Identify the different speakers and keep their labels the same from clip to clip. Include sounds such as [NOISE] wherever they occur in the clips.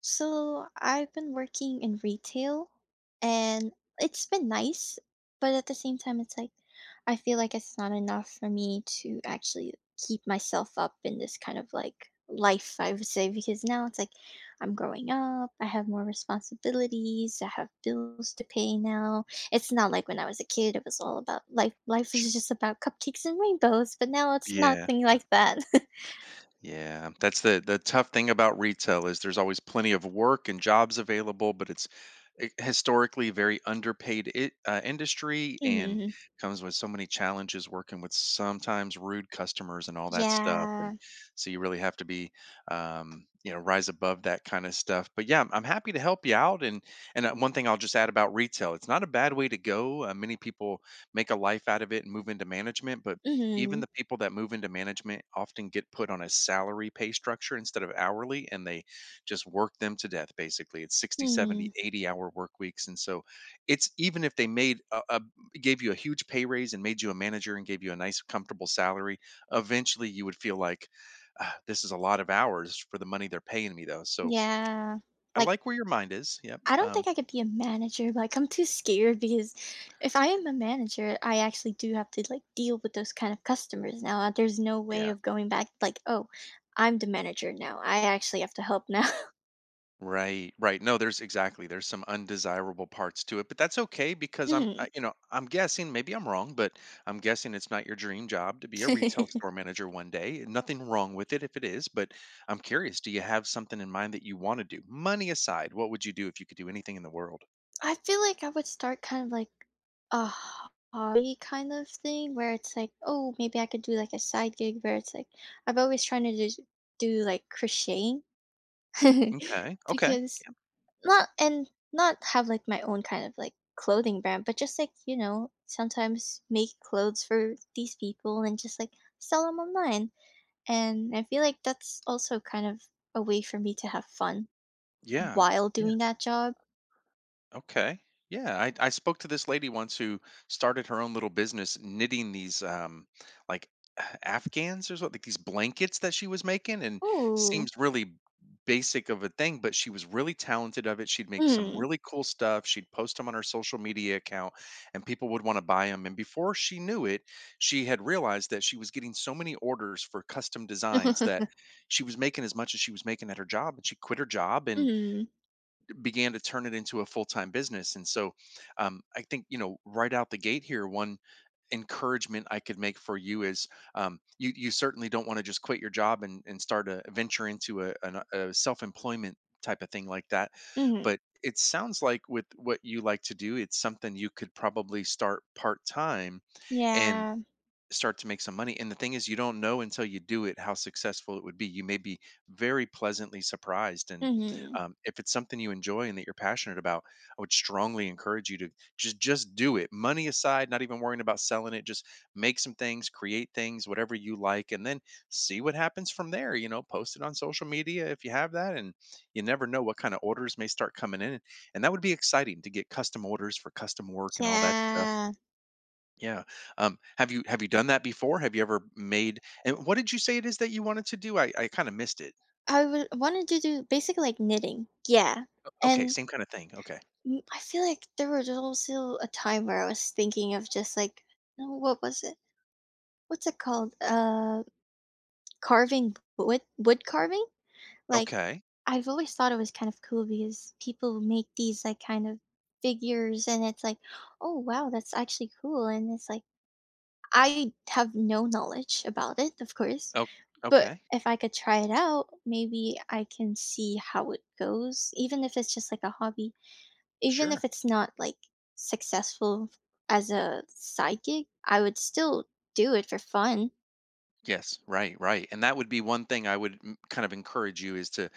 Speaker 1: So I've been working in retail and it's been nice, but at the same time, it's like I feel like it's not enough for me to actually keep myself up in this kind of like life, I would say, because now it's like I'm growing up, I have more responsibilities, I have bills to pay now. It's not like when I was a kid, it was all about life, life
Speaker 2: Sh-
Speaker 1: was just about cupcakes and rainbows, but now it's
Speaker 2: Yeah,
Speaker 1: nothing
Speaker 2: yeah,
Speaker 1: like that.
Speaker 2: yeah. That's the tough thing about retail is there's always plenty of work and jobs available, but it's a historically very underpaid industry
Speaker 1: [LAUGHS]
Speaker 2: and
Speaker 1: Hmm.
Speaker 2: comes with so many challenges working with sometimes rude customers and all that stuff. And
Speaker 1: Yeah.
Speaker 2: so you really have to be, you know, rise above that kind of stuff. But yeah, I'm happy to help you out. And One thing I'll just add about retail, it's not a bad way to go. Many people make a life out of it and move into management, but even
Speaker 1: Hmm.
Speaker 2: the people that move into management often get put on a salary pay structure instead of hourly, and they just work them to death, basically. It's 60,
Speaker 1: Hmm.
Speaker 2: 70, 80 hour work weeks. And so it's even if they made a gave you a huge pay raise and made you a manager and gave you a nice, comfortable salary, eventually you would feel like, "Ah, this is a lot of hours for the money they're paying me, though." So
Speaker 1: Yeah.
Speaker 2: I
Speaker 1: Like,
Speaker 2: like where your mind is. Yep.
Speaker 1: I don't think I could be a manager, like, I'm too scared because if I am a manager, I actually do have to, like, deal with those kind of customers now, there's no way
Speaker 2: Yeah.
Speaker 1: of going back, like, "Oh, I'm the manager now, I actually have to help now." [LAUGHS]
Speaker 2: Right, right. No, there's exactly. There's some undesirable parts to it, but that's okay because
Speaker 1: Mhm.
Speaker 2: you know, I'm guessing, maybe I'm wrong, but I'm guessing it's not your dream job to be a retail
Speaker 1: [LAUGHS]
Speaker 2: store manager one day. Nothing wrong with it if it is, but I'm curious, do you have something in mind that you want to do? Money aside, what would you do if you could do anything in the world?
Speaker 1: I feel like I would start kind of like a hobby kind of thing where it's like, "Oh, maybe I could do, like, a side gig," where it's like I've always trying to do, like, crocheting. [LAUGHS]
Speaker 2: Okay. Okay.
Speaker 1: Because not and not have like my own kind of like clothing brand, but just like sometimes make clothes for these people and just like sell them online. And I feel like that's also kind of a way for me to have fun
Speaker 2: Yeah.
Speaker 1: while doing that job.
Speaker 2: Okay. Yeah, I spoke to this lady once who started her own little business knitting these like [SIGHS] Afghans or something, like these blankets that she was making and
Speaker 1: Ooh.
Speaker 2: seems really basic of a thing, but she was really talented of it. She'd make some
Speaker 1: Mm.
Speaker 2: really cool stuff. She'd post them on her social media account and people would want to buy them. And before she knew it, she had realized that she was getting so many orders for custom designs that
Speaker 1: [LAUGHS]
Speaker 2: she was making as much as she was making at her job, and she quit her job and
Speaker 1: Mm.
Speaker 2: began to turn it into a full-time business. And so I think, you know, right out the gate here, one encouragement I could make for you is, you you certainly don't want to just quit your job and start a venture into a self-employment type of thing like that,
Speaker 1: Mm.
Speaker 2: but it sounds like with what you like to do, it's something you could probably start part-time,
Speaker 1: Yeah.
Speaker 2: start to make some money. And the thing is, you don't know until you do it how successful it would be. You may be very pleasantly surprised. And
Speaker 1: Mm.
Speaker 2: if it's something you enjoy and that you're passionate about, I would strongly encourage you to just do it. Money aside, not even worrying about selling it. Just make some things, create things, whatever you like, and then see what happens from there. You know, post it on social media if you have that, and you never know what kind of orders may start coming in. And that would be exciting to get custom orders for custom work and all that stuff.
Speaker 1: Yeah.
Speaker 2: Yeah. Have you done that before? Have you ever made, and what did you say it is that you wanted to do? I kind of missed it.
Speaker 1: I would wanted to do basically like knitting. Yeah.
Speaker 2: Okay,
Speaker 1: And
Speaker 2: same kind of thing. Okay.
Speaker 1: I feel like there was also a time where I was thinking of just like no, what was it? What's it called? Carving wood carving. Like
Speaker 2: Okay.
Speaker 1: I've always thought it was kind of cool because people make these like kind of figures, and it's like, oh wow, that's actually cool. And it's like I have no knowledge about it, of course,
Speaker 2: Oh,
Speaker 1: but
Speaker 2: okay.
Speaker 1: if I could try it out, maybe I can see how it goes, even if it's just like a hobby. Even if
Speaker 2: Sure.
Speaker 1: it's not like successful as a side gig, I would still do it for fun.
Speaker 2: Yes. Right. Right. And that would be one thing I would kind of encourage you is to,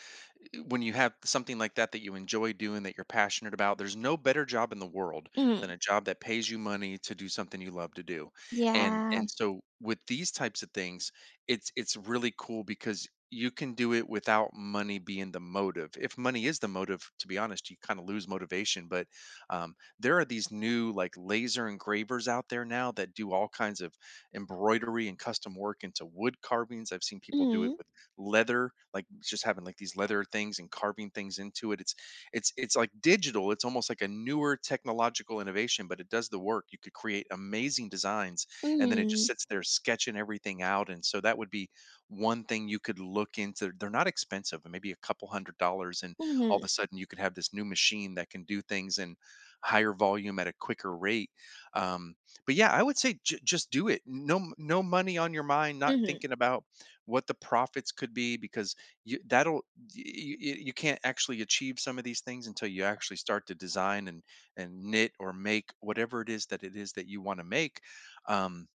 Speaker 2: when you have something like that that you enjoy doing, that you're passionate about, there's no better job in the world
Speaker 1: Mm,
Speaker 2: than a job that pays you money to do something you love to do. And
Speaker 1: yeah.
Speaker 2: and so with these types of things, it's really cool because you can do it without money being the motive. If money is the motive, to be honest, you kind of lose motivation. But there are these new like laser engravers out there now that do all kinds of embroidery and custom work into wood carvings. I've seen people do it
Speaker 1: Mm.
Speaker 2: with leather, like just having like these leather things and carving things into it. It's like digital. It's almost like a newer technological innovation, but it does the work. You could create amazing designs, and then it just
Speaker 1: Mhm.
Speaker 2: sits there sketching everything out. And so that would be one thing you could look into. They're not expensive, maybe a couple $100, and all of
Speaker 1: Mhm.
Speaker 2: a sudden you could have this new machine that can do things in higher volume at a quicker rate. Um, but yeah, I would say just do it. No, no money on your mind, not
Speaker 1: Mhm.
Speaker 2: thinking about what the profits could be because you that'll you, you, you can't actually achieve some of these things until you actually start to design and knit or make whatever it is that you want to make. Um,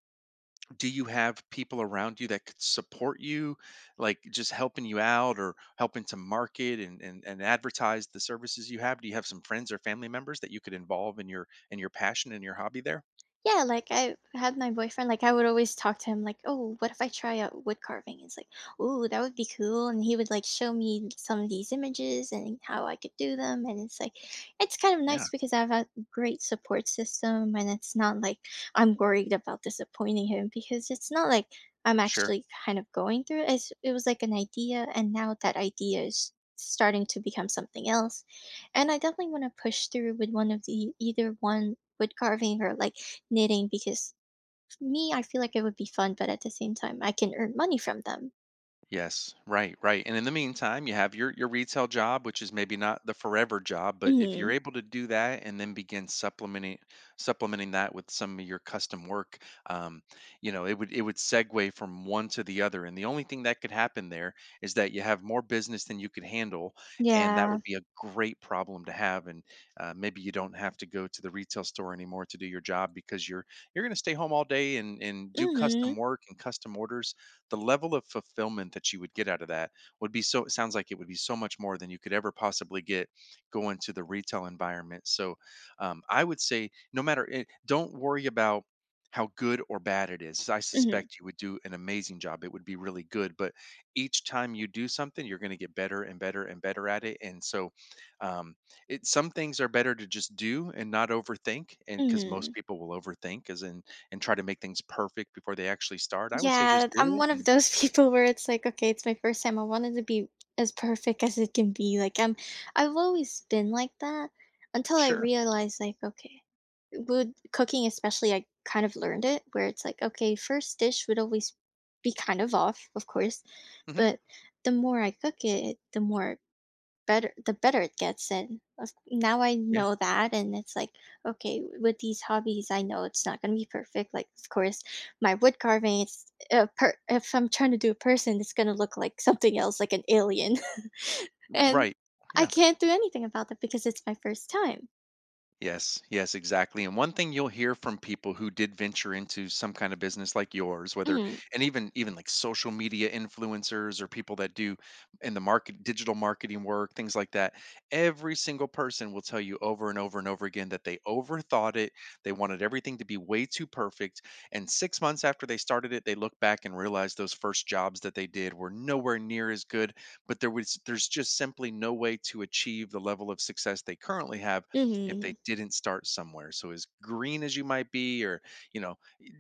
Speaker 2: do you have people around you that could support you, like just helping you out or helping to market and, advertise the services you have? Do you have some friends or family members that you could involve in your, in your passion and your hobby there?
Speaker 1: Yeah, like, I had my boyfriend, like, I would always talk to him, like, "Oh, what if I try out wood carving?" It's like, "Ooh, that would be cool," and he would, like, show me some of these images and how I could do them, and it's like it's kind of
Speaker 2: Yeah.
Speaker 1: nice because I have a great support system, and it's not like I'm worried about disappointing him because it's not like I'm
Speaker 2: Sure.
Speaker 1: actually kind of going through it. It was like an idea, and now that idea is starting to become something else, and I definitely wanna push through with one of the either one wood carving or, like, knitting because for me, I feel like it would be fun, but at the same time, I can earn money from them.
Speaker 2: Yes, right, right. And in the meantime, you have your retail job, which is maybe not the forever job, but if you're
Speaker 1: Mhm.
Speaker 2: able to do that and then begin supplementing that with some of your custom work, um, you know, it would, it would segue from one to the other. And the only thing that could happen there is that you have more business than you could handle, and that
Speaker 1: Yeah.
Speaker 2: would be a great problem to have. And maybe you don't have to go to the retail store anymore to do your job because you're going to stay home all day and do custom
Speaker 1: Mhm.
Speaker 2: work and custom orders. The level of fulfillment that you would get out of that would be, so it sounds like, it would be so much more than you could ever possibly get going to the retail environment. So I would say, no matter don't worry about how good or bad it is. I
Speaker 1: Mhm.
Speaker 2: suspect you would do an amazing job. It would be really good, but each time you do something you're going to get better and better and better at it. And so, um, it some things are better to just do and not overthink, and because most
Speaker 1: Mhm.
Speaker 2: people will overthink, as in, and try to make things perfect before they actually start, I would say just
Speaker 1: Yeah,
Speaker 2: do
Speaker 1: I'm
Speaker 2: it
Speaker 1: one of
Speaker 2: and
Speaker 1: those [LAUGHS] people where it's like, okay, it's my first time. I wanted to be as perfect as it can be. I've always been like that until I
Speaker 2: sure.
Speaker 1: realized like, okay, would cooking especially I kind of learned it where it's like, okay, first dish would always be kind of off, of course,
Speaker 2: Mhm.
Speaker 1: but the more I cook it, the more better the better it gets now I
Speaker 2: Yeah.
Speaker 1: know that. And it's like okay with these hobbies I know it's not going to be perfect, like of course my wood carving if I'm trying to do a person it's going to look like something else, like an alien. [LAUGHS] And
Speaker 2: Right.
Speaker 1: I
Speaker 2: Yeah.
Speaker 1: can't do anything about that because it's my first time.
Speaker 2: Yes, yes, exactly. And one thing you'll hear from people who did venture into some kind of business like yours, whether
Speaker 1: Mm.
Speaker 2: and even like social media influencers or people that do in the market digital marketing work, things like that. Every single person will tell you over and over and over again that they overthought it. They wanted everything to be way too perfect. And 6 months after they started it, they look back and realize those first jobs that they did were nowhere near as good, but there's just simply no way to achieve the level of success they currently have if
Speaker 1: Mm-hmm.
Speaker 2: they didn't start somewhere. So as green as you might be, or you know,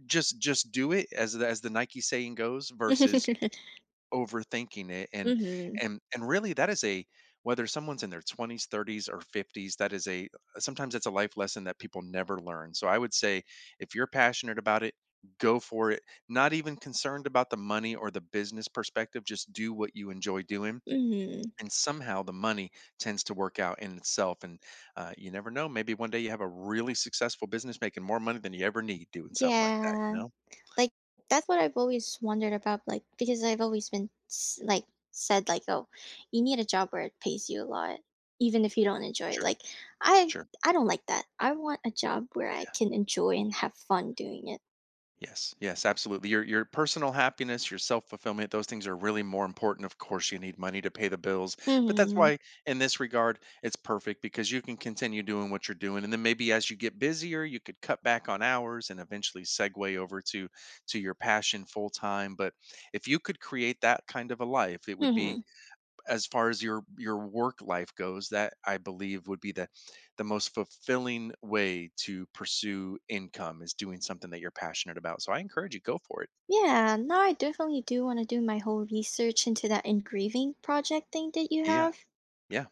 Speaker 2: just do it, as the Nike saying goes, versus
Speaker 1: [LAUGHS]
Speaker 2: overthinking it. And
Speaker 1: Mm-hmm.
Speaker 2: and and really, that is a, whether someone's in their 20s, 30s, or 50s, that is a, sometimes that's a life lesson that people never learn. So I would say, if you're passionate about it, go for it. Not even concerned about the money or the business perspective, just do what you enjoy doing,
Speaker 1: Mm-hmm.
Speaker 2: and somehow the money tends to work out in itself. And you never know, maybe one day you have a really successful business making more money than you ever need doing something like that, you
Speaker 1: Yeah.
Speaker 2: know.
Speaker 1: Like that's what I've always wondered about, like because I've always been s- like said like oh, you need a job where it pays you a lot even if you don't enjoy it.
Speaker 2: Sure.
Speaker 1: Like I
Speaker 2: Sure.
Speaker 1: I don't like that. I want a job where I can enjoy and have fun doing it.
Speaker 2: Yes, yes, absolutely. Your personal happiness, your self-fulfillment, those things are really more important. Of course, you need money to pay the bills, but that's
Speaker 1: Hmm.
Speaker 2: why in this regard it's perfect, because you can continue doing what you're doing and then maybe as you get busier, you could cut back on hours and eventually segue over to your passion full time. But if you could create that kind of a life, it would be,
Speaker 1: Hmm.
Speaker 2: as far as your work life goes, that I believe would be the most fulfilling way to pursue income, is doing something that you're passionate about. So I encourage you, go for it.
Speaker 1: Yeah, no, I definitely do want to do my whole research into that engraving project thing that you
Speaker 2: Yeah.
Speaker 1: have.
Speaker 2: Yeah.